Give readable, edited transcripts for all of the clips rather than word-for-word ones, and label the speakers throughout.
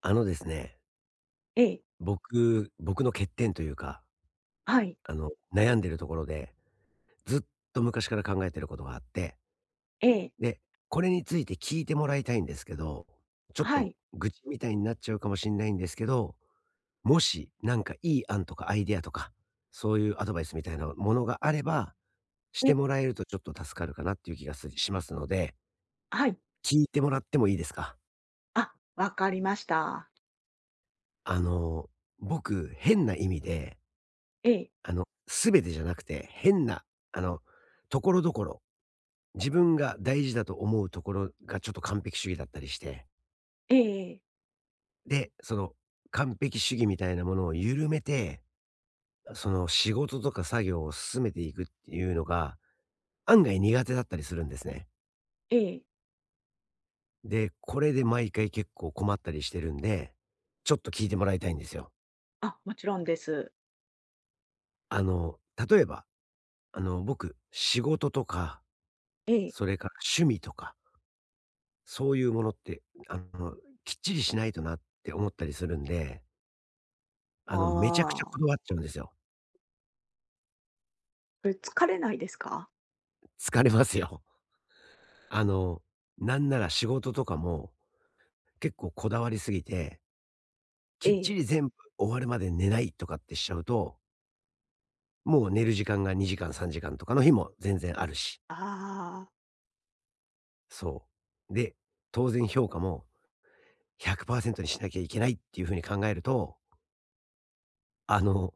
Speaker 1: あのですね、
Speaker 2: ええ、
Speaker 1: 僕の欠点というか、
Speaker 2: はい、
Speaker 1: あの、悩んでるところで、ずっと昔から考えてることがあって、
Speaker 2: ええ、
Speaker 1: で、これについて聞いてもらいたいんですけど、ちょっ
Speaker 2: は
Speaker 1: と
Speaker 2: い、
Speaker 1: 愚痴みたいになっちゃうかもしんないんですけど、もしなんかいい案とかアイデアとか、そういうアドバイスみたいなものがあれば、し
Speaker 2: ええ、
Speaker 1: てもらえるとちょっと助かるかなっていう気がすしますので、
Speaker 2: はい。
Speaker 1: 聞いてもらってもいいですか？
Speaker 2: あ、わかりました。
Speaker 1: あの、僕、変な意味で
Speaker 2: ええ、
Speaker 1: あの、全てじゃなくて、変な、あの、所々、自分が大事だと思うところがちょっと完璧主義だったりして、
Speaker 2: ええ、ええ、
Speaker 1: で、その、完璧主義みたいなものを緩めて、その、仕事とか作業を進めていくっていうのが、案外苦手だったりするんですね。で、これで毎回結構困ったりしてるんで、ちょっと聞いてもらいたいんですよ。
Speaker 2: あ、もちろんです。
Speaker 1: あの、例えば、あの、僕、仕事とか、
Speaker 2: ええ、
Speaker 1: それから趣味とかそういうものって、あの、きっちりしないとなって思ったりするんで、あの、めちゃくちゃ
Speaker 2: あ
Speaker 1: こ
Speaker 2: あ、
Speaker 1: だわっちゃうんですよ。
Speaker 2: それ疲れないですか？
Speaker 1: 疲れますよ。あの、なんなら仕事とかも結構こだわりすぎて、
Speaker 2: え
Speaker 1: きっち
Speaker 2: え、
Speaker 1: り全部終わるまで寝ないとかってしちゃうと、もう寝る時間が2時間3時間とかの日も全然あるし、
Speaker 2: ああ、
Speaker 1: そう。で、当然評価も100%にしなきゃいけないっていう風に考えると、あの、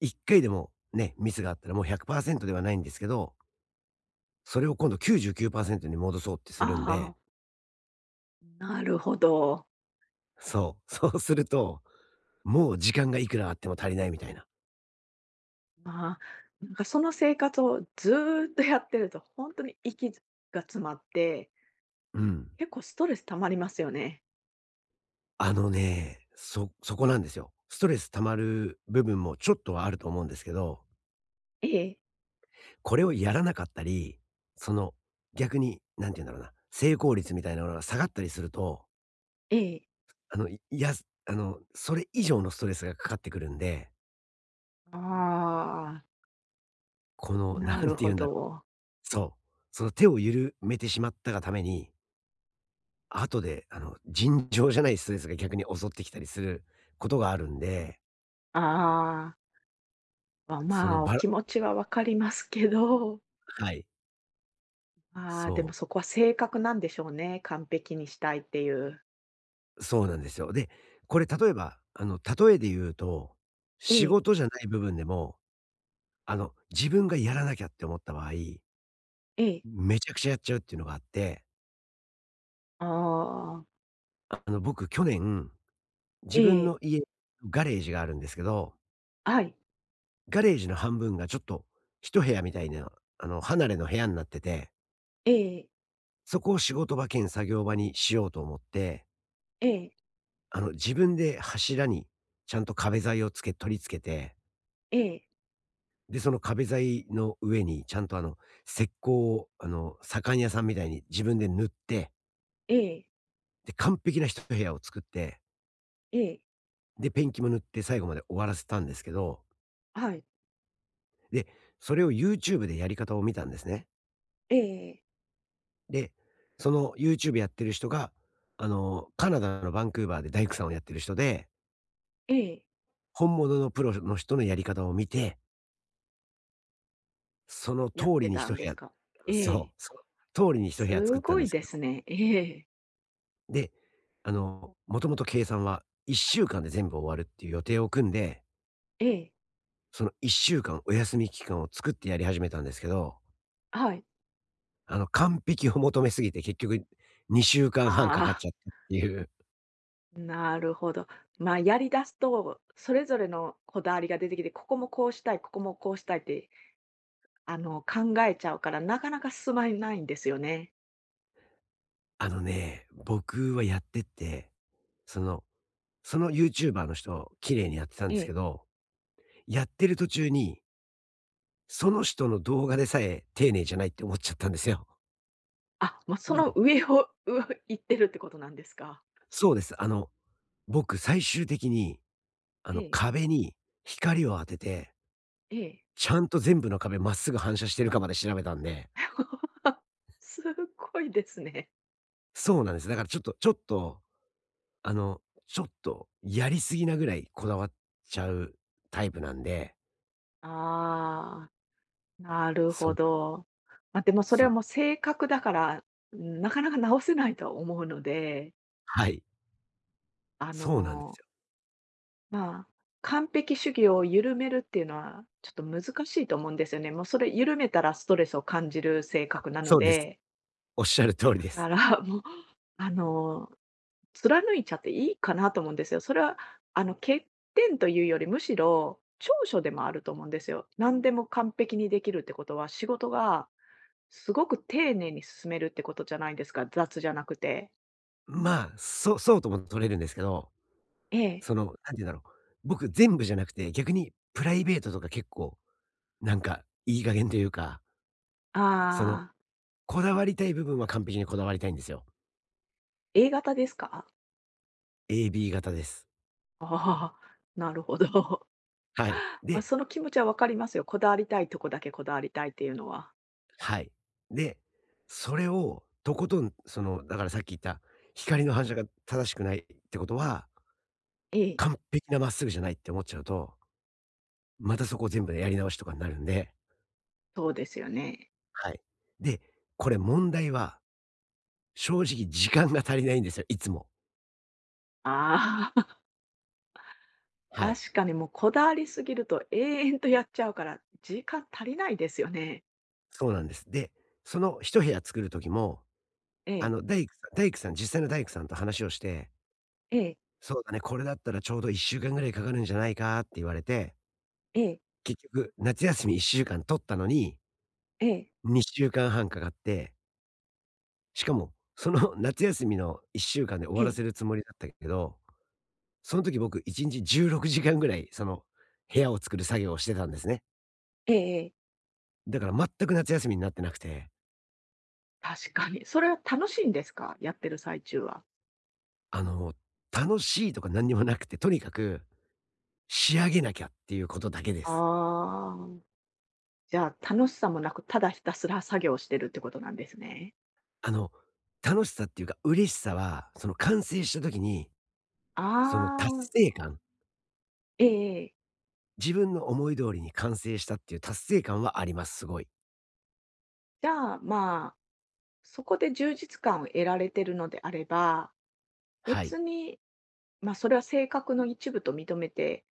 Speaker 1: 1回でもね、ミスがあったらもう100%ではないんですけど、それを今度99%に戻そうってす
Speaker 2: あ
Speaker 1: るんで、
Speaker 2: あ、なるほど。
Speaker 1: そう、そうすると、もう時間がいくらあっても足りないみたいな。
Speaker 2: まあ、なんかその生活をずーっとやってると、本当に息が詰まって、
Speaker 1: うん。
Speaker 2: 結構ストレス溜まりますよね。
Speaker 1: あのね、そこなんですよ。ストレス溜まる部分もちょっとはあると思うんですけど、
Speaker 2: ええ、
Speaker 1: これをやらなかったり、その、逆に、なんて言うんだろうな、成功率みたいなものが下がったりすると、
Speaker 2: ええ。
Speaker 1: あの、あの、それ以上のストレスがかかってくるんで、
Speaker 2: あ
Speaker 1: こ
Speaker 2: あ、
Speaker 1: の、な
Speaker 2: な
Speaker 1: ん
Speaker 2: る
Speaker 1: て言
Speaker 2: ほ
Speaker 1: うんだろう。
Speaker 2: ど。
Speaker 1: そう。その手を緩めてしまったがために、後で、あの、尋常じゃないストレスが逆に襲ってきたりすることがあるんで、
Speaker 2: ああ。まあ、
Speaker 1: そ
Speaker 2: ま
Speaker 1: の
Speaker 2: あ、お
Speaker 1: ばら
Speaker 2: 気持ちはわかりますけど、
Speaker 1: はい、
Speaker 2: まあ、
Speaker 1: そ
Speaker 2: でもそこは性格なんでしょうね、完璧にしたいっていう。
Speaker 1: う、そうなんですよ。で、これ例えば、あの、例えで言うと、
Speaker 2: え
Speaker 1: 仕
Speaker 2: え、
Speaker 1: 事じゃない部分でも、あの、自分がやらなきゃって思った場合、
Speaker 2: ええ。
Speaker 1: めちゃくちゃやっちゃうっていうのがあって、
Speaker 2: ああ。
Speaker 1: あの、僕去年、自
Speaker 2: え
Speaker 1: 分
Speaker 2: え。
Speaker 1: の家、ガレージがあるんですけど、
Speaker 2: はい。
Speaker 1: ガレージの半分がちょっと一部屋みたいな、あの、離れの部屋になってて、
Speaker 2: ええ、
Speaker 1: そこを仕事場兼作業場にしようと思って
Speaker 2: ええ、
Speaker 1: あの、自分で柱にちゃんと壁材を取り付けて、
Speaker 2: ええ、
Speaker 1: で、その壁材の上にちゃんとあの、石膏をあの、左官屋さんみたいに自分で塗って、
Speaker 2: ええ、
Speaker 1: で、完璧な一部屋を作って、
Speaker 2: ええ、
Speaker 1: で、ペンキも塗って最後まで終わらせたんですけど、
Speaker 2: はい、
Speaker 1: で、それを YouTube でやり方を見たんですね。
Speaker 2: ええ、
Speaker 1: で、その YouTube やってる人が、あの、カナダのバンクーバーで大工さんをやってる人で、
Speaker 2: ええ。
Speaker 1: 本物のプロの人のやり方を見てその
Speaker 2: やっ
Speaker 1: 通
Speaker 2: て
Speaker 1: りに
Speaker 2: た
Speaker 1: 一
Speaker 2: ん
Speaker 1: 部
Speaker 2: です
Speaker 1: 屋
Speaker 2: か？え
Speaker 1: そ
Speaker 2: え。
Speaker 1: う、その通りに一部屋
Speaker 2: す
Speaker 1: 作ったん
Speaker 2: ご
Speaker 1: で
Speaker 2: い
Speaker 1: す
Speaker 2: で
Speaker 1: けど。
Speaker 2: すね。ええ。
Speaker 1: で、あの、もともと計算は1週間で全部終わるっていう予定を組んで、
Speaker 2: ええ、
Speaker 1: その1週間お休み期間を作ってやり始めたんですけど、
Speaker 2: はい。
Speaker 1: あの、完璧を求めすぎて結局2週間半かんはんかかっ
Speaker 2: あ
Speaker 1: ちゃったっていう。
Speaker 2: あ、なるほど。まあ、やり出すと、それぞれのこだわりが出てきて、ここもこうしたい、ここもこうしたいって考えちゃうから、なかなか進まないんですよね。
Speaker 1: あのね、僕はやってて、その、そのユーチューバーの人、綺麗にやってたん
Speaker 2: え
Speaker 1: ですけ
Speaker 2: え。
Speaker 1: ど、やってる途中に、その人の動画でさえ丁寧じゃないって思っちゃったんですよ。
Speaker 2: あ、もうその上を、行ってるってことなんですか？
Speaker 1: そうです。あの、僕最終的に、あ
Speaker 2: え
Speaker 1: の、
Speaker 2: え、
Speaker 1: 壁に光を当てて、
Speaker 2: ええ。
Speaker 1: ちゃんと全部の壁まっすぐ反射してるかまで調べたんで、
Speaker 2: すごいですね。
Speaker 1: そうなんです。だからちょっとちょっと、あの、ちょっとやりすぎなぐらいこだわっちゃうタイプなんで、
Speaker 2: ああ、なる
Speaker 1: そ
Speaker 2: ほ
Speaker 1: う、
Speaker 2: ど。まあ、でもそれ
Speaker 1: そ
Speaker 2: は
Speaker 1: う、
Speaker 2: もう性格だから、うんなかなか直せないとは思うので、
Speaker 1: はい、
Speaker 2: あ
Speaker 1: そうなんです
Speaker 2: の
Speaker 1: よ。
Speaker 2: まあ、完璧主義を緩めるっていうのは、ちょっと難しいと思うんですよね。もうそれ緩めたらストレスを感じる性格なの
Speaker 1: そうです。
Speaker 2: で
Speaker 1: おっしゃる通りで
Speaker 2: か
Speaker 1: す。
Speaker 2: ら、もう、あの、貫いちゃっていいかなと思うんですよ。それは、欠点というより、むしろ長所でもあると思うんですよ。何でも完璧にできるってことは、仕事がすごく丁寧に進めるってことじゃないですか、雑じゃなくて。
Speaker 1: まあ、そうそうとも取れるんですけど、
Speaker 2: ええ。
Speaker 1: その、なんて言うんだろう、僕全部じゃなくて、逆にプライベートとか結構、なんかいい加減というか、その
Speaker 2: ああ、
Speaker 1: こだわりたい部分は完璧にこだわりたいんですよ。
Speaker 2: A 型ですか？
Speaker 1: AB 型です。
Speaker 2: ああ、なるほど。
Speaker 1: はい。
Speaker 2: まあ、そ
Speaker 1: で
Speaker 2: の気持ちは分かりますよ。こだわりたいとこだけこだわりたいっていうのは。
Speaker 1: はい。で、それをとことん、その、だからさっき言った、光の反射が正しくないってことは、
Speaker 2: ええ、
Speaker 1: 完璧なまっすぐじゃないって思っちゃうと、またそこを全部やり直しとかになるんで、
Speaker 2: そうですよね。
Speaker 1: はい。で、これ問題は、正直時間が足りないんですよ、いつも。
Speaker 2: ああ。
Speaker 1: はい。
Speaker 2: 確かにもうこだわりすぎると永遠とやっちゃうから、時間足りないですよね。
Speaker 1: そうなんです。で、その一部屋作る時も、
Speaker 2: え
Speaker 1: あ
Speaker 2: え、
Speaker 1: の、大工さん大工さん実際の大工さんと話をして
Speaker 2: ええ、
Speaker 1: そうだね、これだったらちょうど1週間ぐらいかかるんじゃないかって言われて、
Speaker 2: ええ、
Speaker 1: 結局夏休み1週間取ったのに、
Speaker 2: ええ、
Speaker 1: 2週間半かんはんかかって、しかもその 夏休みの1週間で終
Speaker 2: え
Speaker 1: わら
Speaker 2: え、
Speaker 1: せるつもりだったけど、その時僕1日16時間ぐらい、その部屋を作る作業をしてたんですね。
Speaker 2: ええええ。
Speaker 1: だから全く夏休みになってなくて、
Speaker 2: 確かに。それは楽しいんですか？やってる最中は。
Speaker 1: あの、楽しいとか何にもなくて、とにかく仕上げなきゃっていうことだけで
Speaker 2: あ
Speaker 1: す。
Speaker 2: あ、じゃあ、楽しさもなく、ただひたすら作業してるってことなんですね。
Speaker 1: あの、楽しさっていうか嬉しさは、その完成した時にその
Speaker 2: ああ、
Speaker 1: 達成感、
Speaker 2: ええ
Speaker 1: 自分の思い通りに完成したっていう達成感はあります、すごい。
Speaker 2: じゃあ、まあ、そこで充実感を得られてるのであれば、
Speaker 1: はい。
Speaker 2: 別に、ま、それは性格の一部と認めて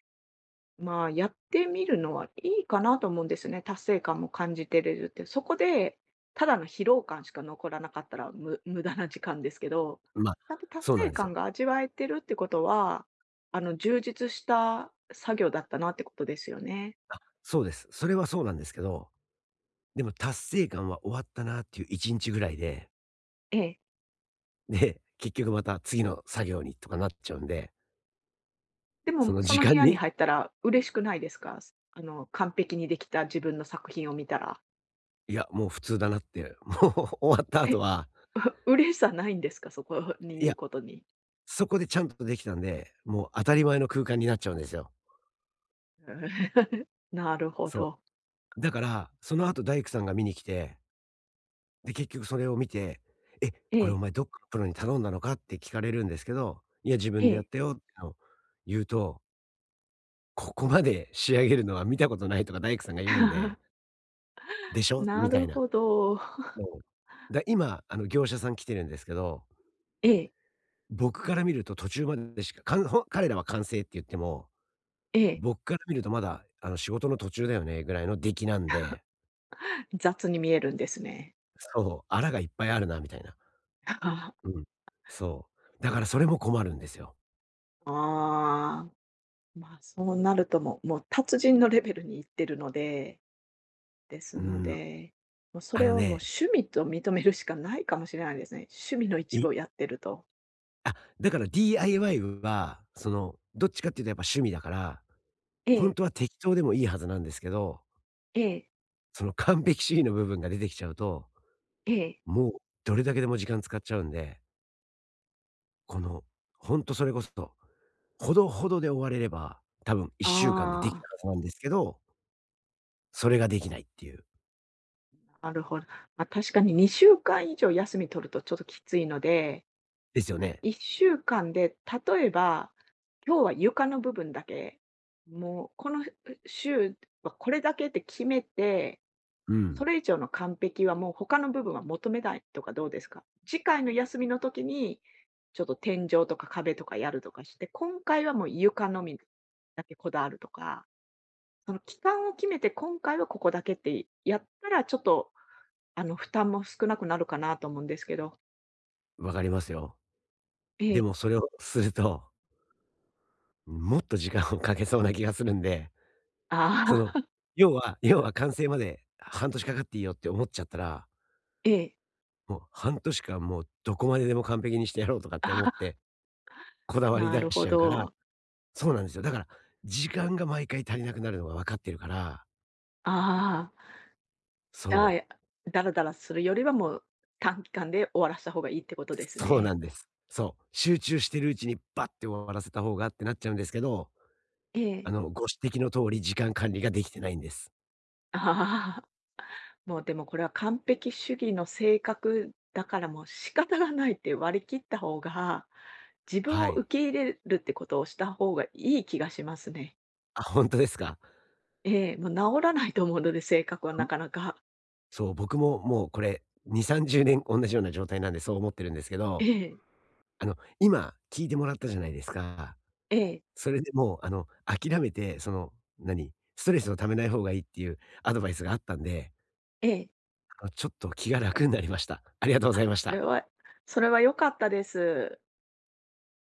Speaker 2: まあ、やってみるのはいいかなと思うんですね。達成感も感じてれるって。そこで、ただの疲労感しか残らなかったら、無駄な時間ですけど、
Speaker 1: ま、あ
Speaker 2: ちゃんと達
Speaker 1: そうな
Speaker 2: 成
Speaker 1: んです
Speaker 2: 感
Speaker 1: よ。
Speaker 2: が味わえてるってことは、充実した作業だったなってことですよね。
Speaker 1: あ、そうです。それはそうなんですけど、でも達成感は終わったなっていう1日ぐらいで、
Speaker 2: ええ。
Speaker 1: で、結局また次の作業にとかなっちゃうんで、
Speaker 2: で
Speaker 1: そ
Speaker 2: も、
Speaker 1: の
Speaker 2: そ
Speaker 1: 時
Speaker 2: の部
Speaker 1: 間
Speaker 2: 屋に
Speaker 1: に、
Speaker 2: 入ったら嬉しくないですか？完璧にできた自分の作品を見たら。
Speaker 1: いや、もう普通だなって、もう 終わった後
Speaker 2: え、
Speaker 1: は、
Speaker 2: 嬉しさないんですか？そこにい
Speaker 1: いや、
Speaker 2: ることに。
Speaker 1: そこでちゃんとできたんで、もう当たり前の空間になっちゃうんですよ。
Speaker 2: なるほ
Speaker 1: そう。
Speaker 2: ど。
Speaker 1: だから、その後大工さんが見に来てで、結局それを見て、「え、
Speaker 2: え
Speaker 1: これお
Speaker 2: え、
Speaker 1: 前どっかのプロに頼んだのか？」って聞かれるんですけど、「いや、自
Speaker 2: え
Speaker 1: 分でやっ
Speaker 2: え。
Speaker 1: たよ」ってのを言うと、「ここまで仕上げるのは見たことない」とか大工さんが言うんで、「でしょ？」
Speaker 2: な
Speaker 1: みた
Speaker 2: る
Speaker 1: いな。
Speaker 2: ほど。
Speaker 1: そう。今、あの、業者さん来てるんですけど、
Speaker 2: ええ、
Speaker 1: 僕から見ると途中までしか、かんほん彼らは完成って言っても、
Speaker 2: ええ、
Speaker 1: 僕から見るとまだ、あの、仕事の途中だよねぐらいの出来なんで、
Speaker 2: 雑に見えるんですね。
Speaker 1: そう、あらがいっぱいあるなみたいな。
Speaker 2: あ
Speaker 1: うん。そう。だからそれも困るんですよ。
Speaker 2: あー、まあ、そうなるともう、もう達人のレベルに行ってるので、です
Speaker 1: う
Speaker 2: の
Speaker 1: ん。
Speaker 2: で、もうそ
Speaker 1: あ
Speaker 2: れ
Speaker 1: の
Speaker 2: をもう
Speaker 1: ね
Speaker 2: 趣味と認めるしかないかもしれないですね。趣味の一部
Speaker 1: い
Speaker 2: をやってると。
Speaker 1: あ、だから DIY は、その、どっちかっていうとやっぱ趣味だから、
Speaker 2: え
Speaker 1: ほん
Speaker 2: え、
Speaker 1: とは適当でもいいはずなんですけど、
Speaker 2: ええ、
Speaker 1: その完璧主義の部分が出てきちゃうと、
Speaker 2: ええ。
Speaker 1: もうどれだけでも時間使っちゃうんで、この、ほんとそれこそ、ほどほどで終われれば、多分1週間ででき
Speaker 2: ああ、
Speaker 1: たはずなんですけど、それができないっていう。
Speaker 2: なるほど。まあ、確かに2週間以上休み取るとちょっときついので、
Speaker 1: ですよね。
Speaker 2: 1週間で、例えば、今日は床の部分だけ、もうこの週はこれだけって決めて、
Speaker 1: う
Speaker 2: そ
Speaker 1: ん、
Speaker 2: れ以上の完璧はもう他の部分は求めないとかどうですか？次回の休みの時に、ちょっと天井とか壁とかやるとかして、今回はもう床のみだけこだわるとか、その期間を決めて今回はここだけってやったら、ちょっと負担も少なくなるかなと思うんですけど。
Speaker 1: わかりますよ。
Speaker 2: え
Speaker 1: で
Speaker 2: え。
Speaker 1: もそれをすると、もっと時間をかけそうな気がするんで
Speaker 2: あ
Speaker 1: その、
Speaker 2: あ、
Speaker 1: 要は完成まで半年かかっていいよって思っちゃったら、
Speaker 2: ええ。
Speaker 1: もう半年間もうどこまででも完璧にしてやろうとかって思って、こだわり
Speaker 2: なる
Speaker 1: 出し
Speaker 2: ほ
Speaker 1: ちゃうから、
Speaker 2: ど。
Speaker 1: そうなんですよ。だから、時間が毎回足りなくなるのが分かってるから、
Speaker 2: ああ、じゃ
Speaker 1: そ
Speaker 2: あ、ダラダラするよりはもう、短期間で終わらした方がいいってことです
Speaker 1: う、そうな
Speaker 2: ね。
Speaker 1: んです。そう、集中してるうちにバッて終わらせた方がってなっちゃうんですけど、
Speaker 2: え
Speaker 1: あ
Speaker 2: え。
Speaker 1: の、ご指摘の通り時間管理ができてないんです。
Speaker 2: ああ、もうでもこれは完璧主義の性格だからもう仕方がないって割り切った方が、自分
Speaker 1: は
Speaker 2: を
Speaker 1: い。
Speaker 2: 受け入れるってことをした方がいい気がしますね。
Speaker 1: あ、本当ですか？
Speaker 2: ええ、もう治らないと思うので、性格はな
Speaker 1: ん、
Speaker 2: かなか。
Speaker 1: そう、僕ももうこれ2、30年同じような状態なんでそう思ってるんですけ
Speaker 2: え
Speaker 1: ど
Speaker 2: え。
Speaker 1: あの、今聞いてもらったじゃないですか。
Speaker 2: ええ、
Speaker 1: それでもう、あの、諦めて、その、何、ストレスを溜めない方がいいっていうアドバイスがあったんで、
Speaker 2: ええ。
Speaker 1: あの、ちょっと気が楽になりました。ありがとうございまし
Speaker 2: それ
Speaker 1: た。
Speaker 2: はそれは良かったです。